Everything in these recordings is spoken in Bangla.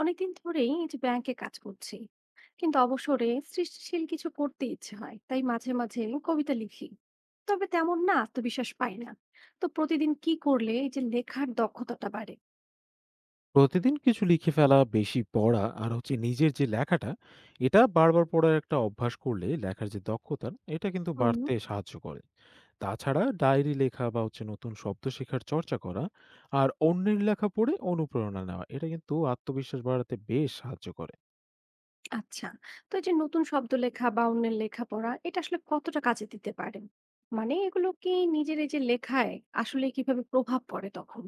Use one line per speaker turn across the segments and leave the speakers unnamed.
অনেকদিন ধরেই এই যে ব্যাংকে কাজ করছি, কিন্তু অবসরে সৃষ্টিশীল কিছু করতে ইচ্ছে হয়, তাই মাঝে মাঝে কবিতা লিখি। তবে তেমন না, আত্মবিশ্বাস পাই না। তো প্রতিদিন কি করলে এই যে লেখার দক্ষতাটা বাড়ে?
প্রতিদিন কিছু লিখে ফেলা, বেশি পড়া আর হচ্ছে নিজের যে লেখাটা, এটা বারবার পড়ার একটা অভ্যাস করলে লেখার যে দক্ষতা, এটা কিন্তু
হুম।
বাড়তে সাহায্য করে। তাছাড়া ডায়েরি লেখা বা হচ্ছে নতুন শব্দ শেখার চর্চা করা আর অন্যের লেখা পড়ে অনুপ্রেরণা নেওয়া, এটা কিন্তু আত্মবিশ্বাস বাড়াতে বেশ সাহায্য করে।
আচ্ছা, তো এই যে নতুন শব্দ লেখা বা অন্যের লেখা পড়া, এটা আসলে কতটা কাজে দিতে পারে? মানে এগুলো কি নিজের এই যে লেখায় আসলে কিভাবে প্রভাব পড়ে তখন?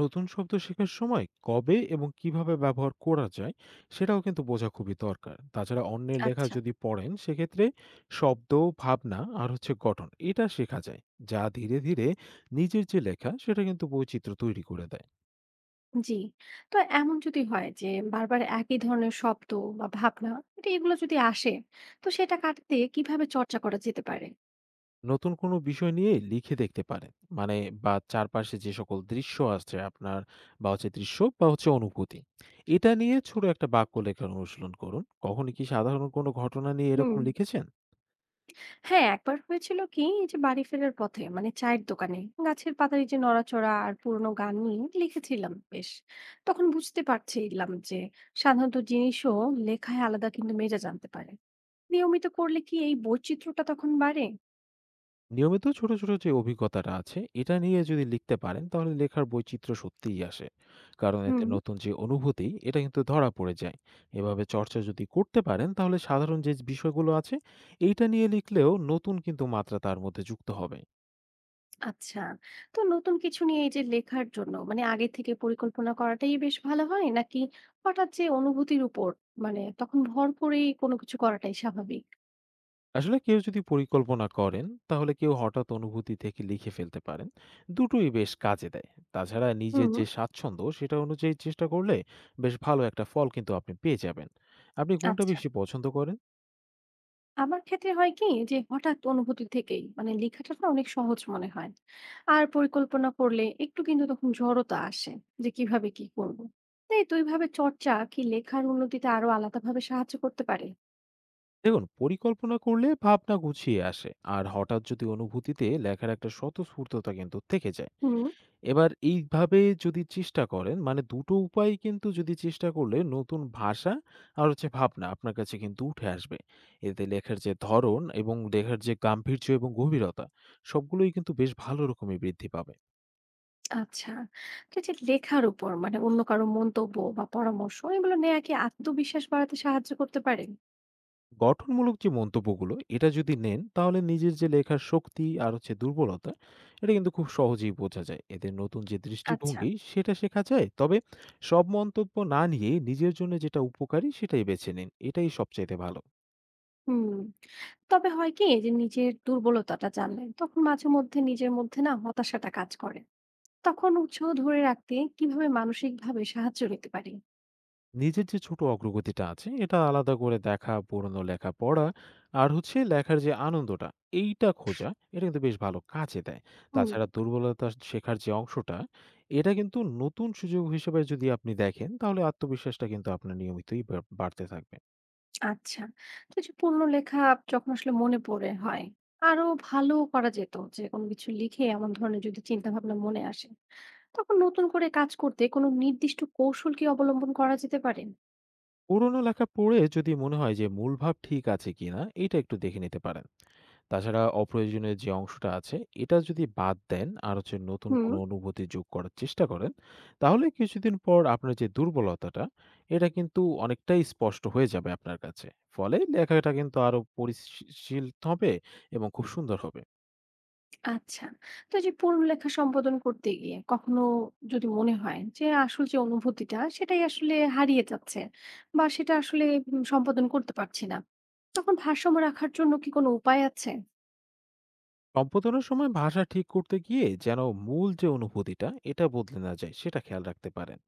নতুন শব্দ শেখার সময় কবে এবং কিভাবে ব্যবহার করা যায় সেটাও কিন্তু বোঝা খুবই দরকার। তাছাড়া অন্যের লেখা
আচ্ছা।
যদি পড়েন সেক্ষেত্রে শব্দ, ভাবনা আর হচ্ছে গঠন এটা শেখা যায়, যা ধীরে ধীরে নিজের যে লেখা সেটা কিন্তু বৈচিত্র্য তৈরি করে দেয়।
জি। তো এমন যদি হয় যে বারবার একই ধরনের শব্দ বা ভাবনা, এটা এগুলো যদি আসে, তো সেটা কাটাতে কিভাবে চর্চা করা যেতে পারে?
নতুন কোনো বিষয় নিয়ে লিখে দেখতে পারেন, মানে বা চারপাশে যে সকল দৃশ্য আছে আপনার, বা হচ্ছে দৃশ্য বা হচ্ছে অনুভূতি এটা নিয়ে ছোট একটা বাক্য লেখার অনুশীলন করুন। কখনো কি সাধারণ কোনো ঘটনা নিয়ে
হুম।
এরকম লিখেছেন?
হ্যাঁ, একবার হয়েছিল কি, এই যে বাড়ি ফেরার পথে মানে চায়ের দোকানে গাছের পাতার এই যে নড়াচড়া আর পুরোনো গান নিয়ে লিখেছিলাম বেশ। তখন বুঝতে পারছিলাম যে সাধারণত জিনিসও লেখায় আলাদা কিন্তু মেজাজ আনতে পারে। নিয়মিত করলে কি এই বৈচিত্র্যটা তখন বাড়ে?
নিয়মিত ছোট ছোট যে অভিজ্ঞতাটা আছে এটা নিয়ে যদি লিখতে পারেন তাহলে লেখার বৈচিত্র্য সত্যিই আসে, কারণ এতে
হুম।
নতুন যে অনুভূতি এটা কিন্তু ধরা পড়ে যায়। এভাবে চর্চা যদি করতে পারেন তাহলে সাধারণ যে বিষয়গুলো আছে এইটা নিয়ে লিখলেও নতুন কিন্তু মাত্রা তার মধ্যে যুক্ত হবে।
আচ্ছা, তো নতুন কিছু নিয়ে এই যে লেখার জন্য মানে আগে থেকে পরিকল্পনা করাটাই বেশ ভালো হয়? নাকি হঠাৎ যে অনুভূতির উপর মানে তখন ভর করেই কোনো কিছু করাটাই স্বাভাবিক?
আসলে কেউ যদি পরিকল্পনা করেন, তাহলে কেউ হঠাৎ অনুভূতি থেকে লিখে ফেলতে পারেন। দুটোই বেশ কাজে দেয়। তাছাড়া নিজের
হুম।
যে স্বাচ্ছন্দ্য সেটা অনুযায়ী চেষ্টা করলে বেশ ভালো একটা ফল কিন্তু আপনি পেয়ে যাবেন। আপনি কোনটা
আচ্ছা।
বেশি পছন্দ করেন?
আমার ক্ষেত্রে হয় কি, যে হঠাৎ অনুভূতি থেকেই মানে লেখাটা না অনেক সহজ মনে হয়। আর পরিকল্পনা করলে একটু কিন্তু তখন জড়তা আসে, যে কিভাবে কি করব। তাই ২ ভাবে চর্চা কি লেখার উন্নতিতে আরো আলাদাভাবে সাহায্য করতে পারে?
দেখুন, পরিকল্পনা করলে ভাবনা গুছিয়ে আসে আর হঠাৎ যদি অনুভূতিতে লেখার একটা স্বতঃস্ফূর্ততা কিন্তু থেকে যায়।
হুম।
এবার এইভাবে যদি চেষ্টা করেন মানে ২ টো উপায় কিন্তু যদি চেষ্টা করলে নতুন ভাষা আর হচ্ছে ভাবনা আপনার কাছে কিন্তু উঠে আসবে। এতে লেখার যে ধরন এবং লেখার যে গাম্ভীর্য এবং গভীরতা সবগুলোই কিন্তু বেশ ভালো রকমই বৃদ্ধি পাবে।
আচ্ছা। তো এই যে লেখার উপর মানে অন্য কারো মন্তব্য বা পরামর্শ এগুলো নেয়া কি আত্মবিশ্বাস বাড়াতে সাহায্য করতে পারে?
গঠনমূলক যে মন্তব্যগুলো এটা যদি নেন তাহলে নিজের যে লেখার শক্তি আর হচ্ছে দুর্বলতা এটা কিন্তু খুব সহজেই বোঝা যায়। এতে নতুন যে
আচ্ছা।
দৃষ্টিভঙ্গি সেটা শেখা যায়। তবে সব মন্তব্য না নিয়ে নিজের জন্য যেটা উপকারী সেটাই বেছে নিন। এটাই সবচাইতে ভালো।
হুম। তবে হয় কি যে নিজের দুর্বলতাটা জানলে তখন মাঝে মধ্যে নিজের মধ্যে না হতাশাটা কাজ করে। তখন উৎসাহ ধরে রাখতে কিভাবে মানসিকভাবে সাহায্য নিতে পারি?
নিজের যে ছোট অগ্রগতিটা আছে এটা আলাদা করে দেখা, পুরনো লেখা পড়া আর হচ্ছে লেখার যে আনন্দটা এইটা খোঁজা, এটা কিন্তু বেশ ভালো কাজে দেয়।
হুম।
তাছাড়া দুর্বলতা শেখার যে অংশটা এটা কিন্তু নতুন সুযোগ হিসেবে যদি আপনি দেখেন তাহলে আত্মবিশ্বাসটা কিন্তু আপনার নিয়মিতই বাড়তে থাকবে।
আচ্ছা, তো এই যে পুরনো লেখা যখন আসলে মনে পড়ে হয় আরো ভালো করা যেত যে কোনো কিছু লিখে, এমন ধরনের যদি চিন্তা ভাবনা মনে আসে, তখন নতুন করে কাজ করতে কোনো নির্দিষ্ট কৌশল কি অবলম্বন করা যেতে পারে?
পুরনো লেখা পড়ে যদি মনে হয় যে মূল ভাব ঠিক আছে কিনা এটা একটু দেখে নিতে পারেন। তাছাড়া অপ্রয়োজনীয় যে অংশটা আছে, এটা যদি বাদ দেন আর হচ্ছে নতুন
হুম।
কোনো অনুভূতি যোগ করার চেষ্টা করেন, তাহলে কিছুদিন পর আপনার যে দুর্বলতাটা, এটা কিন্তু অনেকটাই স্পষ্ট হয়ে যাবে আপনার কাছে। ফলে লেখাটা কিন্তু আরো পরিশীল হবে এবং খুব সুন্দর হবে।
আচ্ছা, তো এই যে পুরনো লেখা সম্পাদন করতে গিয়ে কখনো যদি মনে হয় যে আসল যে অনুভূতিটা সেটাই আসলে হারিয়ে যাচ্ছে, বা সেটা আসলে সম্পাদন করতে পারছি না, তখন ভারসাম্য রাখার জন্য কি কোনো উপায় আছে?
সম্পাদনার সময় ভাষা ঠিক করতে গিয়ে যেন মূল যে অনুভূতিটা এটা বদলে না যায় সেটা খেয়াল রাখতে পারেন।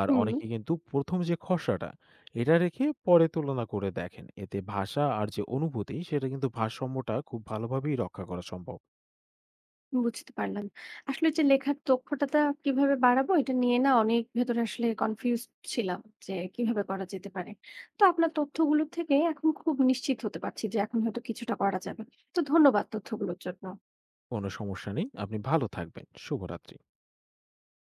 আর
হুম।
অনেকে কিন্তু প্রথম যে খসড়াটা এটা রেখে পরে তুলনা করে দেখেন, এতে ভাষা আর যে অনুভূতি সেটা কিন্তু ভারসাম্যটা খুব ভালোভাবেই রক্ষা করা সম্ভব।
বুঝতে পারলাম। আসলে যে লেখার দক্ষতাটা কিভাবে বাড়াবো, এটা নিয়ে না অনেক ভেতরে আসলে কনফিউজড ছিলাম, যে কিভাবে করা যেতে পারে। তো আপনার তথ্যগুলো থেকে এখন খুব নিশ্চিত হতে পারছি যে এখন হয়তো কিছুটা করা যাবে। তো ধন্যবাদ তথ্যগুলোর জন্য।
কোনো সমস্যা নেই। আপনি ভালো থাকবেন। শুভরাত্রি।